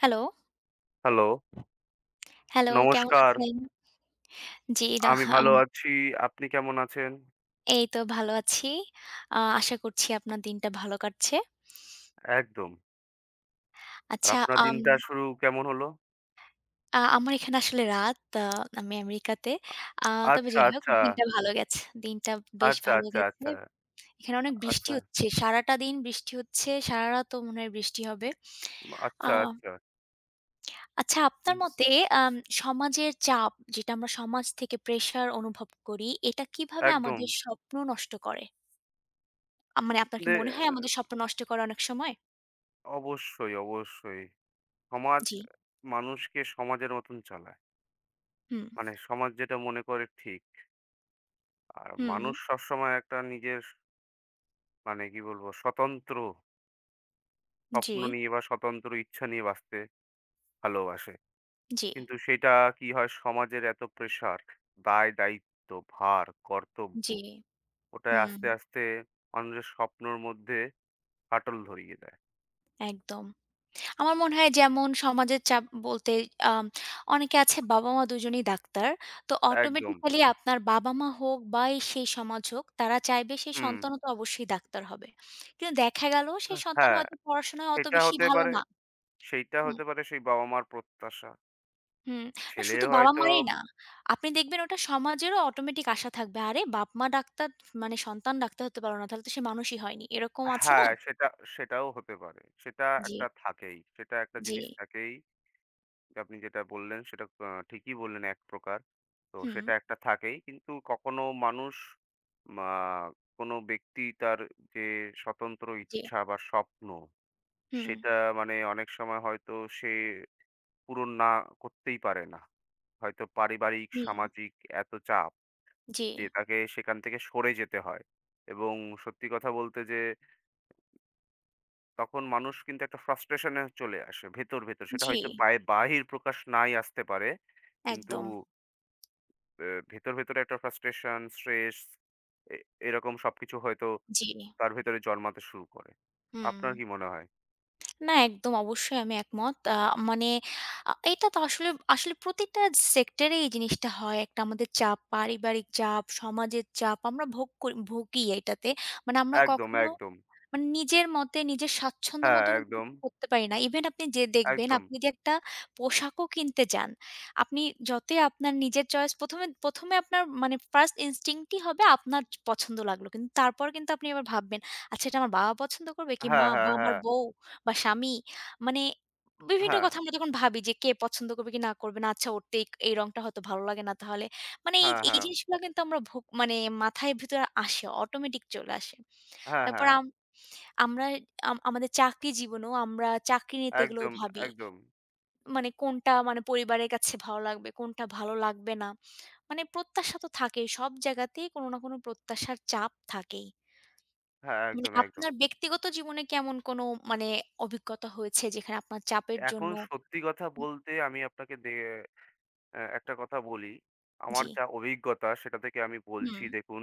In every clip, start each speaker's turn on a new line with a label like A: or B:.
A: Hello,
B: hello,
A: hello কেমন
B: নমস্কার।
A: আছেন? জি, না
B: আমি
A: আম
B: ভালো আছি। আপনি কেমন আছেন?
A: এই তো ভালো আছি। আশা করছি আপনার দিনটা ভালো কাটছে।
B: একদম। আর
A: আচ্ছা,
B: আপনার
A: আম
B: দিনটা শুরু কেমন হলো?
A: আমার এখানে আসলে রাত। আমি আমেরিকাতে। আ তবে
B: আচ্ছা,
A: যাই হোক
B: আচ্ছা,
A: দিনটা ভালো গেছে। দিনটা বেশ
B: আচ্ছা,
A: ভালো
B: আচ্ছা,
A: গেছে।
B: আচ্ছা,
A: এখানে অনেক বৃষ্টি
B: আচ্ছা,
A: হচ্ছে। সারাটা দিন বৃষ্টি হচ্ছে। সারারাতও মনে হয় বৃষ্টি হবে। আ
B: আচ্ছা, আচ্ছা।
A: আচ্ছা আপনার
B: হুম,
A: মতে আম সমাজের চাপ যেটা আমরা সমাজ থেকে প্রেশার অনুভব করি, এটা কিভাবে
B: একদম।
A: আমাদের স্বপ্ন নষ্ট করে? মানে আপনার কি
B: দে
A: মনে হয় আমাদের স্বপ্ন নষ্ট করে অনেক সময়?
B: অবশ্যই, অবশ্যই। সমাজ
A: জি।
B: মানুষকে সমাজের মতন চালায়।
A: হুম,
B: মানে সমাজ যেটা মনে করে ঠিক। আর
A: হুম।
B: মানুষ সবসময় একটা নিজের মানে কি বলবো, স্বতন্ত্র
A: জি,
B: স্বপ্ন নিয়ে বা স্বতন্ত্র ইচ্ছা নিয়ে বাঁচতে ভালোবাসে।
A: জি,
B: কিন্তু সেটা কি হয় সমাজের এত প্রেশার, দায়-দায়িত্ব, ভার, কর্তব্য
A: জি।
B: ওটাই
A: হুম,
B: আস্তে আস্তে মানুষের স্বপ্নর মধ্যে ফাটল ধরিয়ে দেয়।
A: একদম। আমার মনে হয় যেমন সমাজের চাপ বলতে আম অনেকে আছে বাবা-মা দুজনেই ডাক্তার। তো
B: একদম।
A: অটোমেটিক্যালি আপনার বাবা-মা হোক বা এই সেই সমাজ হোক, তারা চাইবে সেই
B: হুম।
A: সন্তানও তো অবশ্যই ডাক্তার হবে। কিন্তু দেখা গেল সেই সন্তান
B: হ্যাঁ,
A: হয়তো পড়াশোনায় অত
B: এটা
A: বেশি
B: হতে
A: ভালো
B: পারে
A: না।
B: সেইটা
A: হুম।
B: হতে পারে সেই বাবা-মার প্রত্যাশা।
A: হুম। না
B: ছেলে
A: শুধু
B: হয়তো
A: বাবা-মাই না। আপনি দেখবেন ওটা সমাজেরও অটোমেটিক আশা থাকবে। আরে বাপ-মা ডাক্তার মানে সন্তান ডাক্তার হতে পারল না। তাহলে তো সে মানুষই হয়নি। এরকম আছে না?
B: হ্যাঁ, সেটাও হতে পারে। সেটা
A: জি,
B: একটা থাকেই। সেটা একটা
A: জি।
B: জিনিস থাকেই। আপনি যেটা বললেন সেটা ঠিকই বললেন এক প্রকার। তো
A: হুম,
B: সেটা একটা থাকেই। কিন্তু কখনো মানুষ মা কোনো ব্যক্তি তার যে স্বতন্ত্র
A: জি।
B: ইচ্ছা বা স্বপ্ন,
A: হুম, হুম।
B: সেটা মানে অনেক সময় হয়তো সে পূরণ করতেই পারে না। হয়তো পারিবারিক, সামাজিক এত চাপ
A: জি,
B: যে তাকে সেখান থেকে সরে যেতে হয়। এবং সত্যি কথা বলতে যে তখন মানুষ কিন্তু একটা frustration এ চলে আসে ভেতর, ভেতর। সেটা
A: জি।
B: হয়তো বাহির প্রকাশ নাই আসতে পারে। কিন্তু
A: একদম।
B: এ ভেতর, ভেতরে একটা ফ্রাস্ট্রেশন, স্ট্রেস এ এরকম সবকিছু হয়তো
A: জি।
B: তার ভেতরে জন্মাতে শুরু করে।
A: হুম।
B: আপনার কি মনে হয়?
A: না একদম অবশ্যই আমি একমত। মানে এটা তো আসলে আসলে প্রতিটা সেক্টরে এই জিনিসটা হয়। একটা আমাদের চাপ, পারিবারিক চাপ, সমাজের চাপ আমরা ভোগ করি ভুগি এটাতে। মানে আমরা
B: একদম,
A: কখনো
B: একদম।
A: মানে নিজের মতে, নিজের স্বাচ্ছন্দ্য
B: হ্যাঁ,
A: মতো কিন্তু
B: একদম,
A: কিছু করতে পারি না। ইভেন আপনি যে দেখবেন,
B: একদম।
A: আপনি যে একটা পোশাকও কিনতে যান, আপনি যতই আপনার নিজের চয়েস ১ম এ ১ম এ আপনার মানে ফার্স্ট ইনস্টিংক্ট ই হবে আপনার পছন্দ লাগলো। কিন্তু তারপর কিন্তু আপনি আবার ভাববেন, "আচ্ছা এটা আমার বাবা পছন্দ করবে কি
B: হ্যাঁ,
A: মা
B: হ্যাঁ,
A: বা আমার
B: হ্যাঁ।
A: বউ বা স্বামী?" মানে বিভিন্ন
B: হ্যাঁ,
A: কথা আমরা যখন ভাবি যে কে পছন্দ করবে কি না করবে না। আচ্ছা ওর তো এই এই রংটা হয়তো ভালো লাগে না তাহলে। মানে এই
B: হ্যাঁ,
A: এই
B: হ্যাঁ।
A: জিনিসগুলা কিন্তু আমরা ভোগ মানে মাথায় ভিতরে আসে, অটোমেটিক চলে আসে।
B: হ্যাঁ,
A: তারপর
B: হ্যাঁ।
A: আমরা আমাদের চাকরি জীবনেও আমরা চাকরি
B: হ্যাঁ,
A: নিতে গেলেও
B: একদম,
A: ভাবি।
B: একদম।
A: মানে কোনটা মানে পরিবারের কাছে ভালো লাগবে, কোনটা ভালো লাগবে না। মানে প্রত্যাশা তো থাকেই। সব জায়গাতেই কোনো না কোনো প্রত্যাশার চাপ থাকেই।
B: হ্যাঁ,
A: মানে
B: একদম, একদম।
A: আপনার ব্যক্তিগত জীবনে কি এমন কোনো মানে অভিজ্ঞতা হয়েছে যেখানে আপনার চাপের
B: এখন
A: জন্য
B: সত্যি কথা
A: উ
B: বলতে আমি আপনাকে দে এ একটা কথা বলি। আমার
A: জি,
B: যা অভিজ্ঞতা সেটা থেকে আমি বলছি
A: হুম,
B: দেখুন,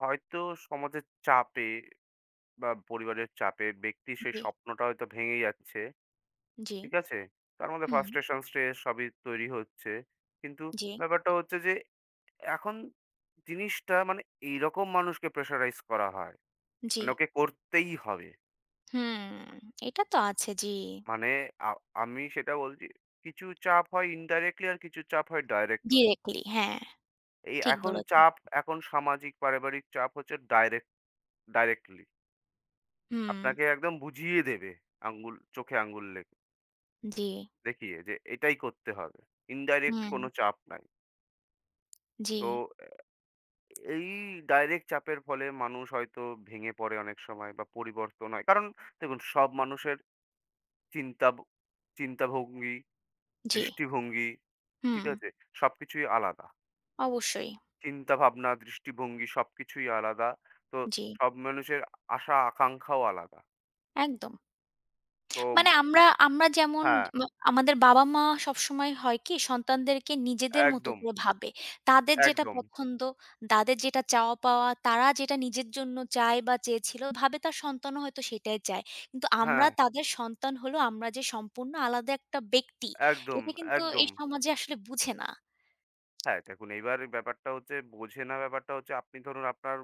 B: হয়তো সমাজের চাপে বা পরিবারের চাপে ব্যক্তির সেই
A: জি,
B: স্বপ্নটা হয়তো ভেঙে যাচ্ছে।
A: জি,
B: ঠিক আছে? তার মধ্যে
A: হুম,
B: frustration, stress সবই তৈরি হচ্ছে। কিন্তু
A: জি,
B: ব্যাপারটা হচ্ছে যে এখন জিনিসটা মানে এইরকম মানুষকে প্রেশারাইজ করা হয়।
A: জি,
B: মানে ওকে করতেই হবে।
A: হুম। এটা তো আছে জি।
B: মানে আ আমি সেটা বলছি কিছু চাপ হয় indirectly আর কিছু চাপ হয় directly।
A: ডিরেক্টলি হ্যাঁ, ঠিক
B: এখন
A: বলেছেন।
B: চাপ এখন সামাজিক পারিবারিক চাপ হচ্ছে directly।
A: হুম,
B: আপনাকে একদম বুঝিয়ে দেবে আঙ্গুল চোখে আঙ্গুল লে
A: জি,
B: দেখিয়ে যে এটাই করতে হবে। ইনডাইরেক্ট
A: হুম,
B: কোনো চাপ নাই।
A: জি,
B: তো এই ডাইরেক্ট চাপের ফলে মানুষ হয়তো ভেঙে পড়ে অনেক সময় বা পরিবর্তন হয়। কারণ দেখুন সব মানুষের চিন্তা ভ চিন্তাভঙ্গি,
A: জি,
B: দৃষ্টিভঙ্গি, ঠিক
A: হুম।
B: আছে? সবকিছুই আলাদা।
A: অবশ্যই।
B: চিন্তাভাবনা, দৃষ্টিভঙ্গি সবকিছুই আলাদা। তো
A: জি,
B: সব মানুষের আশা আকাঙ্খাও আলাদা।
A: একদম।
B: তো
A: মানে আমরা আমরা যেমন
B: হ্যাঁ,
A: আমাদের বাবা-মা সবসময় হয় কি সন্তানদেরকে নিজেদের মতো
B: একদম,
A: করে ভাবে। তাদের যেটা
B: একদম।
A: পছন্দ, তাদের যেটা চাওয়া পাওয়া, তারা যেটা নিজের জন্য চায় বা চেয়েছিল ভাবে তার সন্তানও হয়তো সেটাই চায়। কিন্তু আমরা
B: হ্যাঁ,
A: তাদের সন্তান হলেও আমরা যে সম্পূর্ণ আলাদা একটা ব্যক্তি,
B: একদম,
A: এটা কিন্তু এই
B: একদম।
A: সমাজে আসলে বুঝে না।
B: হ্যাঁ, দেখুন এইবার ব্যাপারটা হচ্ছে বোঝে না ব্যাপারটা হচ্ছে আপনি ধরুন আপনার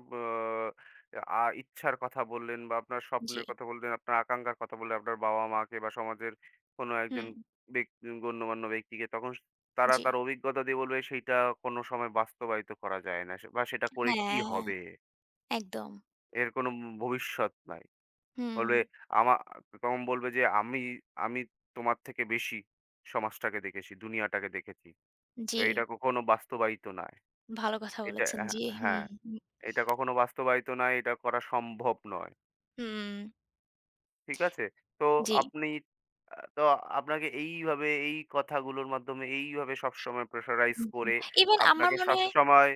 B: আ আ ইচ্ছার কথা বললেন বা আপনার
A: জি।
B: স্বপ্নের কথা বললেন, আপনার আকাঙ্ক্ষার কথা বললেন আপনার বাবা-মাকে বা সমাজের কোনো একজন
A: হুম,
B: গণ্যমান্য ব্যক্তিকে তখন স তারা
A: জি।
B: তার অভিজ্ঞতা দিয়ে বলবে সেইটা কোনো সময় বাস্তবায়িত করা যায় না। সে বা সেটা করে কি
A: হ্যাঁ,
B: হবে?
A: একদম।
B: এর কোনো ভবিষ্যৎ নাই।
A: হুম,
B: বলবে আমা তখন বলবে যে আমি আমি তোমার থেকে বেশি সমাজটাকে দেখেছি, দুনিয়াটাকে দেখেছি। তো
A: জি।
B: এটা কখনো বাস্তবায়িত না।
A: ভালো কথা বলেছেন।
B: হ্যাঁ,
A: জি, হুম,
B: হ্যাঁ, এটা কখনো বাস্তবায়িত নয়, এটা করা সম্ভব নয়।
A: হুম।
B: ঠিক আছে? তো
A: জি।
B: আপনি তো আপনাকে এইভাবে এই কথাগুলোর মাধ্যমে এইভাবে সবসময় প্রেশারাইজ
A: জি, জি।
B: করে
A: ইভেন আমার
B: আপনাকে
A: মনে হয়
B: সবসময়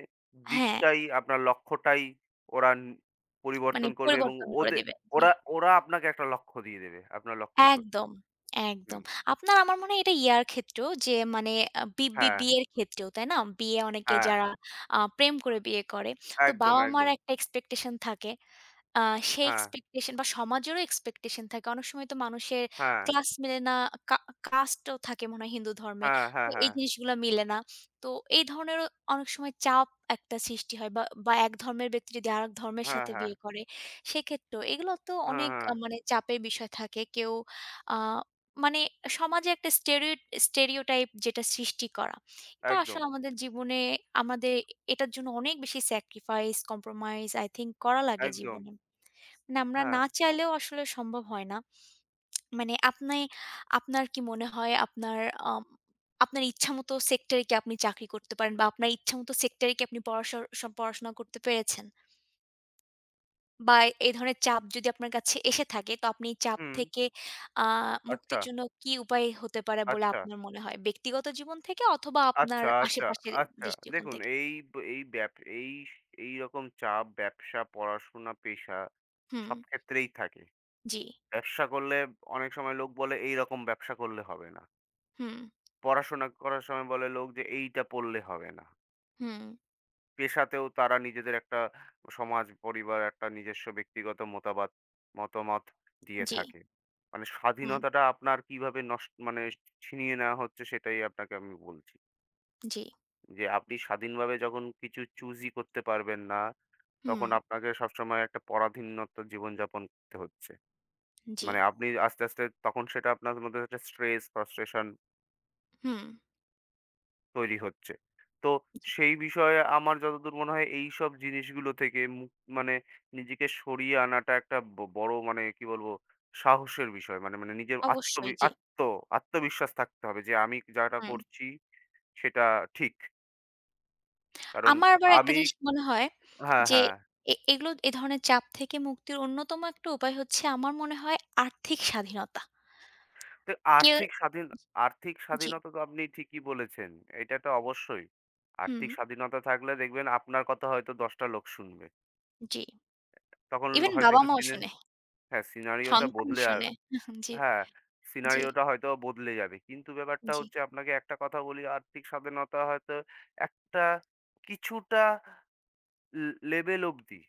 A: হ্যাঁ,
B: আপনার লক্ষ্যটাই ওরা ন
A: মানে
B: পরিবর্তন করবে এবং
A: পরিবর্তন করে
B: ওদে
A: দিবে। জি।
B: ওরা ওরা আপনাকে একটা লক্ষ্য দিয়ে দেবে। আপনার লক্ষ্য
A: একদম,
B: হুম।
A: একদম। আপনার আমার মনে হয় এটা ইয়ার ক্ষেত্রেও যে মানে আ বি বি
B: হ্যাঁ,
A: বিয়ের ক্ষেত্রেও, তাই না? বিয়ে অনেকে
B: হ্যাঁ,
A: যারা প্রেম করে বিয়ে করে। তো
B: একদম,
A: বাবা-মার
B: একদম।
A: একটা এক্সপেকটেশন থাকে। আ সেই
B: হ্যাঁ,
A: এক্সপেকটেশন বা সমাজেরও এক্সপেকটেশন থাকে। অনেক সময় তো মানুষের
B: হ্যাঁ,
A: ক্লাস মেলে না, কা কাস্টও থাকে মনে হয় হিন্দু ধর্মে।
B: হ্যাঁ,
A: তো
B: হ্যাঁ,
A: এই
B: হ্যাঁ,
A: জিনিসগুলা মিলে না। তো এই ধরনেরও অনেক সময় চাপ একটা সৃষ্টি হয় বা, বা এক ধর্মের ব্যক্তি যদি আরেক ধর্মের
B: হ্যাঁ,
A: সাথে
B: হ্যাঁ,
A: বিয়ে করে, সেক্ষেত্রেও এগুলো তো
B: হ্যাঁ,
A: অনেক
B: হ্যাঁ,
A: মানে চাপের বিষয় থাকে। কেউ আ মানে সমাজে একটা স্টেরিওটাইপ যেটা সৃষ্টি করা। এটা
B: একদম,
A: আসলে আমাদের জীবনে আমাদের এটার জন্য অনেক বেশি স্যাক্রিফাইস, কম্প্রোমাইজ আই থিংক করা লাগে
B: একদম।
A: জীবনে। না, আমরা
B: হ্যাঁ,
A: না চাইলেও আসলে সম্ভব হয় না। মানে আপনি আপনার কি মনে হয় আপনার আম আপনার ইচ্ছামত সেক্টরে কি আপনি চাকরি করতে পারেন বা আপনার ইচ্ছামত সেক্টরে কি আপনি পড়াশর স পড়াশোনা করতে পেরেছেন? বা এই ধরনের চাপ যদি আপনার কাছে এসে থাকে তো আপনি এই চাপ
B: হুম।
A: থেকে আ
B: আচ্ছা,
A: মুক্তির জন্য কি উপায় হতে পারে বলে
B: আচ্ছা,
A: আপনার মনে হয়? ব্যক্তিগত জীবন থেকে অথবা আপনার
B: আচ্ছা, আচ্ছা,
A: আশেপাশের
B: আচ্ছা।
A: দৃষ্টিকোণ
B: দেখুন
A: থেকে?
B: এই ব এই ব্যাপ এই এইরকম চাপ ব্যবসা, পড়াশোনা, পেশা
A: হুম,
B: সব ক্ষেত্রেই থাকে।
A: জি,
B: ব্যবসা করলে অনেক সময় লোক বলে, "এইরকম ব্যবসা করলে হবে না।"
A: হুম,
B: পড়াশোনা করার সময় বলে লোক যে, "এইটা পড়লে হবে না।"
A: হুম,
B: পেশাতেও তারা নিজেদের একটা সমাজ, পরিবার, একটা নিজস্ব ব্যক্তিগত মতামত দিয়ে
A: জি,
B: থাকে। মানে
A: হুম,
B: স্বাধীনতাটা আপনার কিভাবে নষ্ট মানে ছিনিয়ে নেওয়া হচ্ছে সেটাই আপনাকে আমি বলছি।
A: জি,
B: যে আপনি স্বাধীনভাবে যখন কিছু চুজই করতে পারবেন না,
A: হুম,
B: তখন আপনাকে সবসময় একটা পরাধীনত্ব জীবনযাপন করতে হচ্ছে।
A: জি,
B: মানে আপনি আস্তে, আস্তে তখন সেটা আপনার মধ্যে একটা স্ট্রেস, ফ্রাস্ট্রেশন
A: হুম,
B: তৈরি হচ্ছে। তো
A: জি,
B: সেই বিষয়ে আমার যতদূর মনে হয় এইসব জিনিসগুলো থেকে মানে নিজেকে সরিয়ে আনাটা একটা বড় মানে কি বলবো সাহসের বিষয়। মানে মানে নিজের
A: অবশ্যই, জি।
B: আত্মবিশ্বাস থাকতে হবে যে আমি যাটা
A: হুম।
B: করছি সেটা ঠিক। কারণ
A: আমার আবার একটা
B: আমি
A: জিনিস মনে হয়
B: হ্যাঁ,
A: যে
B: হ্যাঁ।
A: এগুলো ধরনের চাপ থেকে মুক্তির অন্যতম একটা উপায় হচ্ছে আমার মনে হয় আর্থিক স্বাধীনতা।
B: তো
A: কেউ
B: আর্থিক স্বাধীন আর্থিক
A: জি,
B: স্বাধীনতা তো আপনি ঠিকই বলেছেন। এটা তো অবশ্যই।
A: হুম,
B: আর্থিক স্বাধীনতা থাকলে দেখবেন আপনার কথা হয়তো ১০ টা লোক শুনবে।
A: জি।
B: তখন
A: ইভেন
B: হয়তো একটু
A: বাবা-মাও শোনে।
B: হ্যাঁ, সিনারিওটা
A: সন্তান
B: বদলে আ
A: শোনে। জি,
B: হ্যাঁ,
A: জি,
B: সিনারিওটা হয়তো বদলে যাবে। কিন্তু ব্যাপারটা
A: জি।
B: হচ্ছে আপনাকে একটা কথা বলি, আর্থিক স্বাধীনতা হয়তো একটা কিছুটা লেভেল অবধি।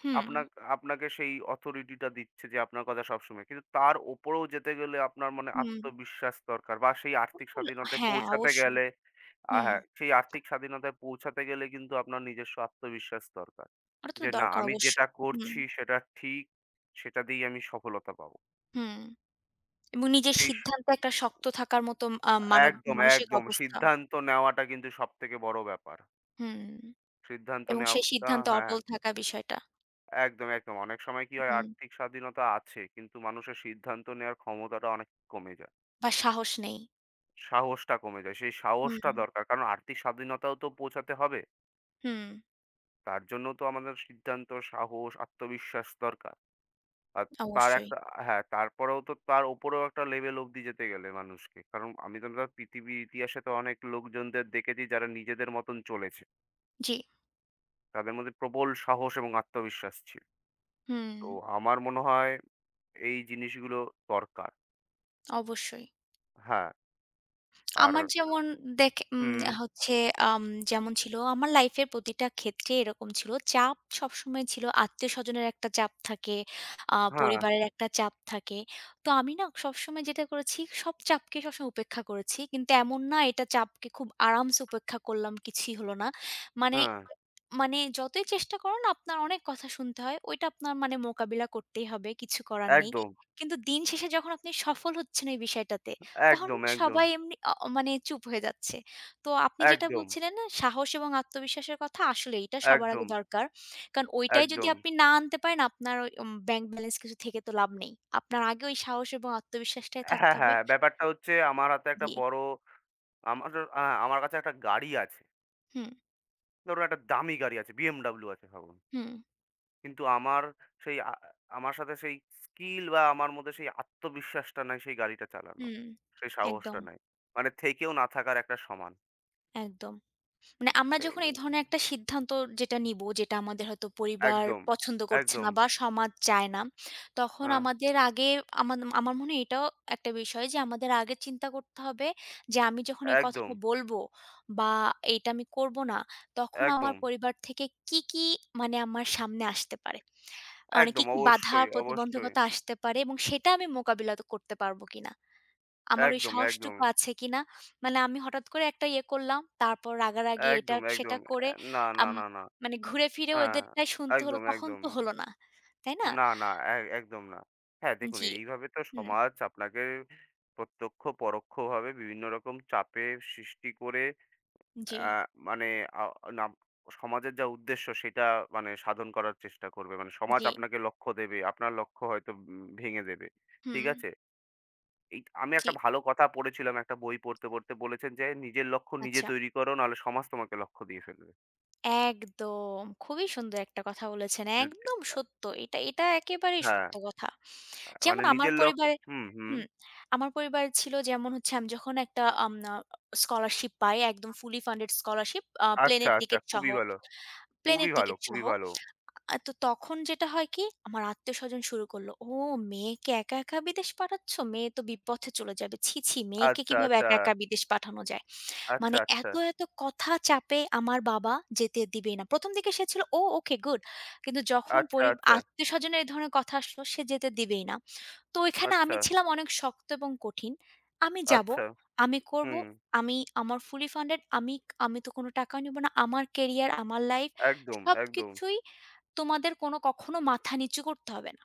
A: হুম,
B: আপনা আপনাকে সেই অথরিটিটা দিচ্ছে যে আপনার কথা সবসময়। কিন্তু তার ওপরেও যেতে গেলে আপনার মানে
A: হুম।
B: আত্মবিশ্বাস দরকার বা সেই
A: ওটা
B: আর্থিক
A: তো ল-
B: স্বাধীনতায়
A: হ্যাঁ,
B: পৌঁছাতে
A: অবশ্যই।
B: গেলে
A: হুম,
B: হ্যাঁ, সেই আর্থিক স্বাধীনতায় পৌঁছাতে গেলে কিন্তু আপনার নিজস্ব আত্মবিশ্বাস দরকার।
A: ওটা তো
B: যে না
A: দরকার
B: আমি যেটা
A: অবশ্যই। হুম,
B: করছি সেটা ঠিক, সেটা দিয়েই আমি সফলতা পাবো।
A: হুম। এবং নিজের
B: সেই সি
A: সিদ্ধান্তে একটা শক্ত থাকার মতো
B: একদম,
A: মানসিক
B: একদম।
A: অবস্থা।
B: সিদ্ধান্ত নেওয়াটা কিন্তু সবথেকে বড় ব্যাপার।
A: হুম
B: সিদ্ধান্ত
A: এবং সেই
B: নেওয়াটা
A: সিদ্ধান্তে
B: হ্যাঁ।
A: অটল থাকা বিষয়টা।
B: একদম, একদম। অনেক সময় কি হয়
A: হুম
B: আর্থিক স্বাধীনতা আছে কিন্তু মানুষের সিদ্ধান্ত নেওয়ার ক্ষমতাটা অনেক কমে যায়।
A: বা সাহস নেই।
B: সাহসটা কমে যায়। সেই
A: হুম,
B: সাহসটা দরকার। কারণ আর্থিক স্বাধীনতাও তো পৌঁছাতে হবে।
A: হুম,
B: তার জন্য তো আমাদের সিদ্ধান্ত, সাহস, আত্মবিশ্বাস দরকার। আর তার
A: অবশ্যই।
B: একটা হ্যাঁ, তারপরেও তো তার উপরেও একটা লেভেল অব্দি যেতে গেলে মানুষকে। কারণ আমি তো পৃথিবীর ইতিহাসে তো অনেক লোকজনদের দেখেছি যারা নিজেদের মতন চলেছে।
A: জি,
B: তাদের মধ্যে প্রবল সাহস এবং আত্মবিশ্বাস ছিল।
A: হুম,
B: তো আমার মনে হয় এই জিনিসগুলো দরকার।
A: অবশ্যই।
B: হ্যাঁ। আর
A: আমার যেমন দেখে
B: হুম,
A: হচ্ছে আম যেমন ছিল আমার লাইফের প্রতিটা ক্ষেত্রে এরকম ছিল। চাপ সবসময় ছিল। আত্মীয়স্বজনের একটা চাপ থাকে,
B: হ্যাঁ,
A: পরিবারের একটা চাপ থাকে। তো আমি না সবসময় যেটা করেছি, সব চাপকে সবসময় উপেক্ষা করেছি। কিন্তু এমন না এটা চাপকে খুব আরামসে উপেক্ষা করলাম, কিছুই হলো না। মানে
B: হ্যাঁ,
A: মানে যতই চেষ্টা করুন আপনার অনেক কথা শুনতে হয়। ওইটা আপনার মানে মোকাবিলা করতেই হবে। কিছু করার নেই।
B: একদম,
A: কিন্তু দিন শেষে যখন আপনি সফল হচ্ছেন এই বিষয়টাতে, তখন
B: একদম,
A: কিন্তু
B: একদম,
A: সবাই এমনি অ অ- মানে চুপ হয়ে যাচ্ছে। তো আপনি যেটা
B: একদম,
A: বলছিলেন না সাহস এবং আত্মবিশ্বাসের কথা আসলে এটা সবার
B: একদম,
A: আগে দরকার। কারণ ওইটাই যদি
B: একদম।
A: আপনি না আনতে পারেন আপনার ওই ব্যাংক ব্যালেন্স কিছু থেকে তো লাভ নেই। আপনার আগে ওই সাহস এবং আত্মবিশ্বাসটাই থাকতে
B: হ্যাঁ,
A: হবে।
B: হ্যাঁ, ব্যাপারটা হচ্ছে আমার হাতে একটা
A: জি।
B: বড় আমার আমার কাছে একটা গাড়ি আছে।
A: হুম,
B: ধরুন একটা দামি গাড়ি আছে, BMW আছে ভাবুন।
A: হুম,
B: কিন্তু আমার সেই আ আমার সাথে সেই স্কিল বা আমার মধ্যে সেই আত্মবিশ্বাসটা নাই সেই গাড়িটা চালানোর।
A: হুম।
B: সেই
A: একদম,
B: সাহসটা নাই। মানে থেকেও না থাকার একটা সমান।
A: একদম। মানে আমরা যখন এই
B: এই
A: ধরনের একটা সিদ্ধান্ত যেটা নিব, যেটা আমাদের হয়তো পরিবার
B: একদম,
A: পছন্দ করছে
B: একদম,
A: না বা সমাজ চায় না, তখন
B: হ্যাঁ,
A: আমাদের আগে আমার আমার মনে হয় এটাও একটা বিষয় যে আমাদের আগে চিন্তা করতে হবে যে আমি যখন এই
B: একদম,
A: কথাটা বলবো বা এইটা আমি করব না, তখন আমার
B: একদম,
A: পরিবার থেকে কি, কি মানে আমার সামনে আসতে পারে? মানে কি,
B: একদম,
A: কি বাধা
B: অবশ্যই, অবশ্যই।
A: প্রতিবন্ধকতা আসতে পারে এবং সেটা আমি মোকাবিলা তো করতে পারব কিনা? আমার ওই
B: একদম, একদম,
A: সাহসটুকু আছে কিনা? মানে আমি হঠাৎ করে একটা ইয়ে করলাম। তারপর রাগারাগি এটা
B: একদম, একদম।
A: সেটা করে
B: অ্যা না, না,
A: আম
B: না, না।
A: মানে ঘুরে ফিরে
B: হ্যাঁ,
A: ওদেরটাই শুনতে হলো,
B: একদম,
A: তখন
B: একদম।
A: তো হলো না। তাই না?
B: না, না, এ একদম না। হ্যাঁ, দেখুন
A: জি।
B: এইভাবে তো
A: হুম।
B: সমাজ আপনাকে প্রত্যক্ষ পরোক্ষভাবে বিভিন্ন রকম চাপে সৃষ্টি করে
A: জি,
B: অ্যা মানে আ নাম সমাজের যা উদ্দেশ্য সেটা মানে সাধন করার চেষ্টা করবে। মানে সমাজ
A: জি।
B: আপনাকে লক্ষ্য দেবে, আপনার লক্ষ্য হয়তো ভেঙে দেবে। ঠিক
A: হুম,
B: আছে? এই আমি
A: জি।
B: একটা ভালো কথা পড়েছিলাম একটা বই পড়তে বলেছেন যে, "নিজের লক্ষ্য নিজে
A: আচ্ছা।
B: তৈরি করো নাহলে সমাজ তোমাকে লক্ষ্য দিয়ে ফেলবে।"
A: একদম। খুবই সুন্দর একটা কথা বলেছেন।
B: যদি
A: একদম সত্য। এটা, এটা একেবারেই
B: হ্যাঁ,
A: সত্য কথা।
B: মানে
A: যেমন আমার
B: নিজের লক্ষ্য
A: পরিবারে
B: হুম, হুম।
A: হুম, আমার পরিবার ছিল যেমন হচ্ছে আমি যখন একটা আম আ স্কলারশিপ পাই একদম fully funded স্কলারশিপ
B: আচ্ছা,
A: প্লেনের
B: আচ্ছা।
A: টিকেট সহ
B: খুবই ভালো, খুবই
A: প্লেনের
B: ভালো,
A: টিকেট
B: খুবই
A: সহ।
B: ভালো।
A: তো তখন যেটা হয় কি? আমার আত্মীয়স্বজন শুরু করলো, "ও মেয়েকে একা, একা বিদেশ পাঠাচ্ছ? মেয়ে তো বিপথে চলে যাবে। ছি, ছি মেয়েকে
B: আচ্ছা,
A: কিভাবে
B: আচ্ছা,
A: একা, একা বিদেশ পাঠানো যায়?"
B: আচ্ছা,
A: মানে
B: আচ্ছা,
A: এত, এত কথা চাপে আমার বাবা যেতে দিবেই না। ১ম দিকে সে ছিল, "ও ওকে গুড।" কিন্তু যখন
B: আচ্ছা, আচ্ছা,
A: আত্মীয়স্বজনের এই ধরনের কথা আসলো সে যেতে দিবেই না। তো এখানে
B: আচ্ছা,
A: আমি ছিলাম অনেক শক্ত এবং কঠিন। আমি যাবো,
B: আচ্ছা।
A: আমি করব,
B: হুম।
A: আমি আমার fully funded আমি আমি তো কোনো টাকাও নিব না। আমার কেরিয়ার, আমার লাইফ
B: একদম, একদম,
A: সবকিছুই তোমাদের কোনো কখনো মাথা নিচু করতে হবে না।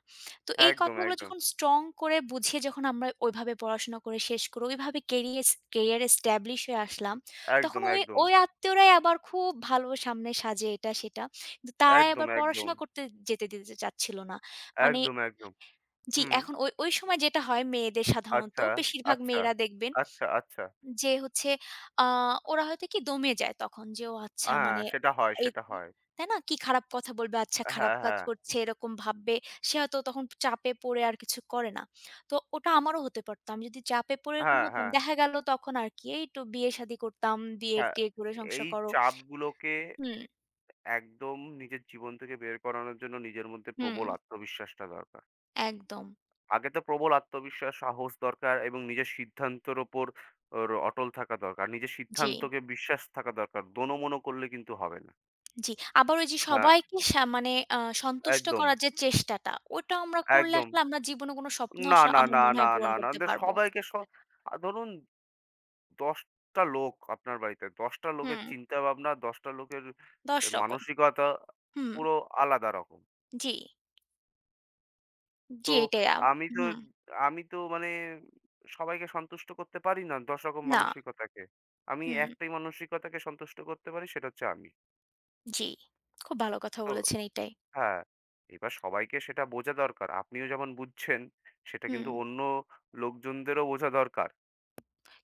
A: তো এই
B: একদম,
A: কথাগুলো
B: একদম,
A: যখন স্ট্রং করে বুঝিয়ে যখন আমরা ওইভাবে পড়াশোনা করে শেষ করে ওইভাবে কেরিয়ার এস্টাবলিশ হয়ে আসলাম, তখন
B: একদম,
A: ওই
B: একদম,
A: ওই আত্মীয়রাই আবার খুব ভালো সামনে সাজে এটা সেটা। কিন্তু তারাই
B: একদম,
A: আবার
B: একদম,
A: পড়াশোনা করতে যেতে দিতে চাচ্ছিল না। মানে
B: একদম, একদম।
A: জি,
B: হুম।
A: এখন ওই, ওই সময় যেটা হয় মেয়েদের সাধারণত
B: আচ্ছা,
A: বেশিরভাগ
B: আচ্ছা,
A: মেয়েরা দেখবেন
B: আচ্ছা, আচ্ছা।
A: যে হচ্ছে আ ওরা হয়তো কি দমে যায় তখন যে ও আচ্ছা
B: হ্যাঁ,
A: মানে
B: সেটা হয়,
A: এ
B: সেটা হয়।
A: তাই না? কি খারাপ কথা বলবে, আচ্ছা খারাপ
B: হ্যাঁ,
A: কাজ
B: হ্যাঁ,
A: করছে এরকম ভাববে। সে হয়তো তখন চাপে পড়ে আর কিছু করে না। তো ওটা আমারও হতে পারত। আমি যদি চাপে পড়ে এরকম
B: হ্যাঁ,
A: হতাম
B: হ্যাঁ,
A: দেখা গেল তখন আর কি এই একটু বিয়ে শাদী করতাম,
B: হ্যাঁ।
A: বিয়ে-টিয়ে করে
B: এই
A: সংসার করো।
B: চাপগুলোকে
A: হুম,
B: একদম নিজের জীবন থেকে বের করানোর জন্য নিজের মধ্যে
A: হুম,
B: প্রবল আত্মবিশ্বাসটা দরকার।
A: একদম।
B: আগে তো প্রবল আত্মবিশ্বাস, সাহস দরকার এবং নিজের সিদ্ধান্তের ওপর অটল থাকা দরকার। নিজের
A: জি।
B: সিদ্ধান্তকে বিশ্বাস থাকা দরকার। দোনোমোনো করলে কিন্তু হবে না।
A: জি। আবার ওই যে
B: হ্যাঁ,
A: সবাইকে মানে সন্তুষ্ট
B: একদম,
A: করার যে চেষ্টাটা, ওটা আমরা করলে
B: একদম।
A: আসলে আমরা জীবনে কোনো স্বপ্ন
B: না,
A: আসলে
B: না,
A: আমার
B: না,
A: মনে
B: না,
A: হয় পূরণ
B: না, না।
A: করতে
B: দে
A: পারব।
B: সবাইকে স আ ধরুন ১০ টা লোক আপনার বাড়িতে। ১০ টা লোকের
A: হুম,
B: চিন্তাভাবনা, ১০ টা লোকের
A: ১০ রকম।
B: মানসিকতা
A: হুম,
B: পুরো আলাদা রকম।
A: জি,
B: তো
A: জি, এটাই
B: আমি তো
A: হুম,
B: আমি তো মানে সবাইকে সন্তুষ্ট করতে পারি না ১০ রকম
A: না,
B: মানসিকতাকে। আমি
A: হুম,
B: একটাই মানসিকতাকে সন্তুষ্ট করতে পারি সেটা হচ্ছে আমি।
A: জি। খুব ভালো কথা
B: তো
A: বলেছেন এইটাই।
B: হ্যাঁ, এবার সবাইকে সেটা বোঝা দরকার। আপনিও যেমন বুঝছেন সেটা
A: হুম।
B: কিন্তু অন্য লোকজনদেরও বোঝা দরকার।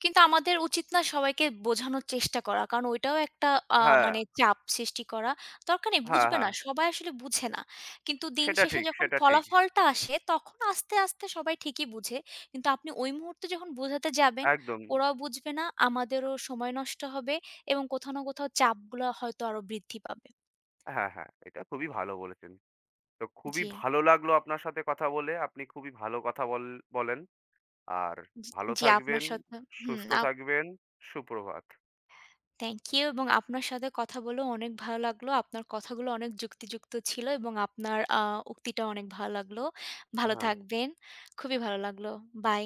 A: কিন্তু আমাদের উচিত না সবাইকে বোঝানোর চেষ্টা করা। কারণ ওইটাও একটা আ
B: হ্যাঁ,
A: মানে চাপ সৃষ্টি করা। দরকার নেই
B: হ্যাঁ,
A: বুঝবে
B: হ্যাঁ।
A: না। সবাই আসলে বুঝে না। কিন্তু দিন
B: সেটা
A: শেষে
B: ঠিক,
A: যখন
B: সেটা ঠিক।
A: ফলাফলটা আসে তখন আস্তে, আস্তে সবাই ঠিকই বুঝে। কিন্তু আপনি ওই মুহূর্তে যখন বোঝাতে যাবেন,
B: একদম।
A: ওরাও বুঝবে না, আমাদেরও সময় নষ্ট হবে এবং কোথাও না কোথাও চাপগুলা হয়তো আরো বৃদ্ধি পাবে।
B: হ্যাঁ, হ্যাঁ। এটা খুবই ভালো বলেছেন। তো খুবই
A: জি,
B: ভালো লাগলো আপনার সাথে কথা বলে। আপনি খুবই ভালো কথা বলেন। আর ভালো
A: জি আপনার
B: থাকবেন,
A: সাথে হুম
B: সুস্থ থাকবেন। সুপ্রভাত।
A: থ্যাংক ইউ এবং আপনার সাথে কথা বলেও অনেক ভালো লাগলো। আপনার কথাগুলো অনেক যুক্তিযুক্ত ছিল এবং আপনার উক্তিটাও অনেক ভালো লাগলো। ভালো
B: হ্যাঁ।
A: থাকবেন। খুবই ভালো লাগলো। বাই।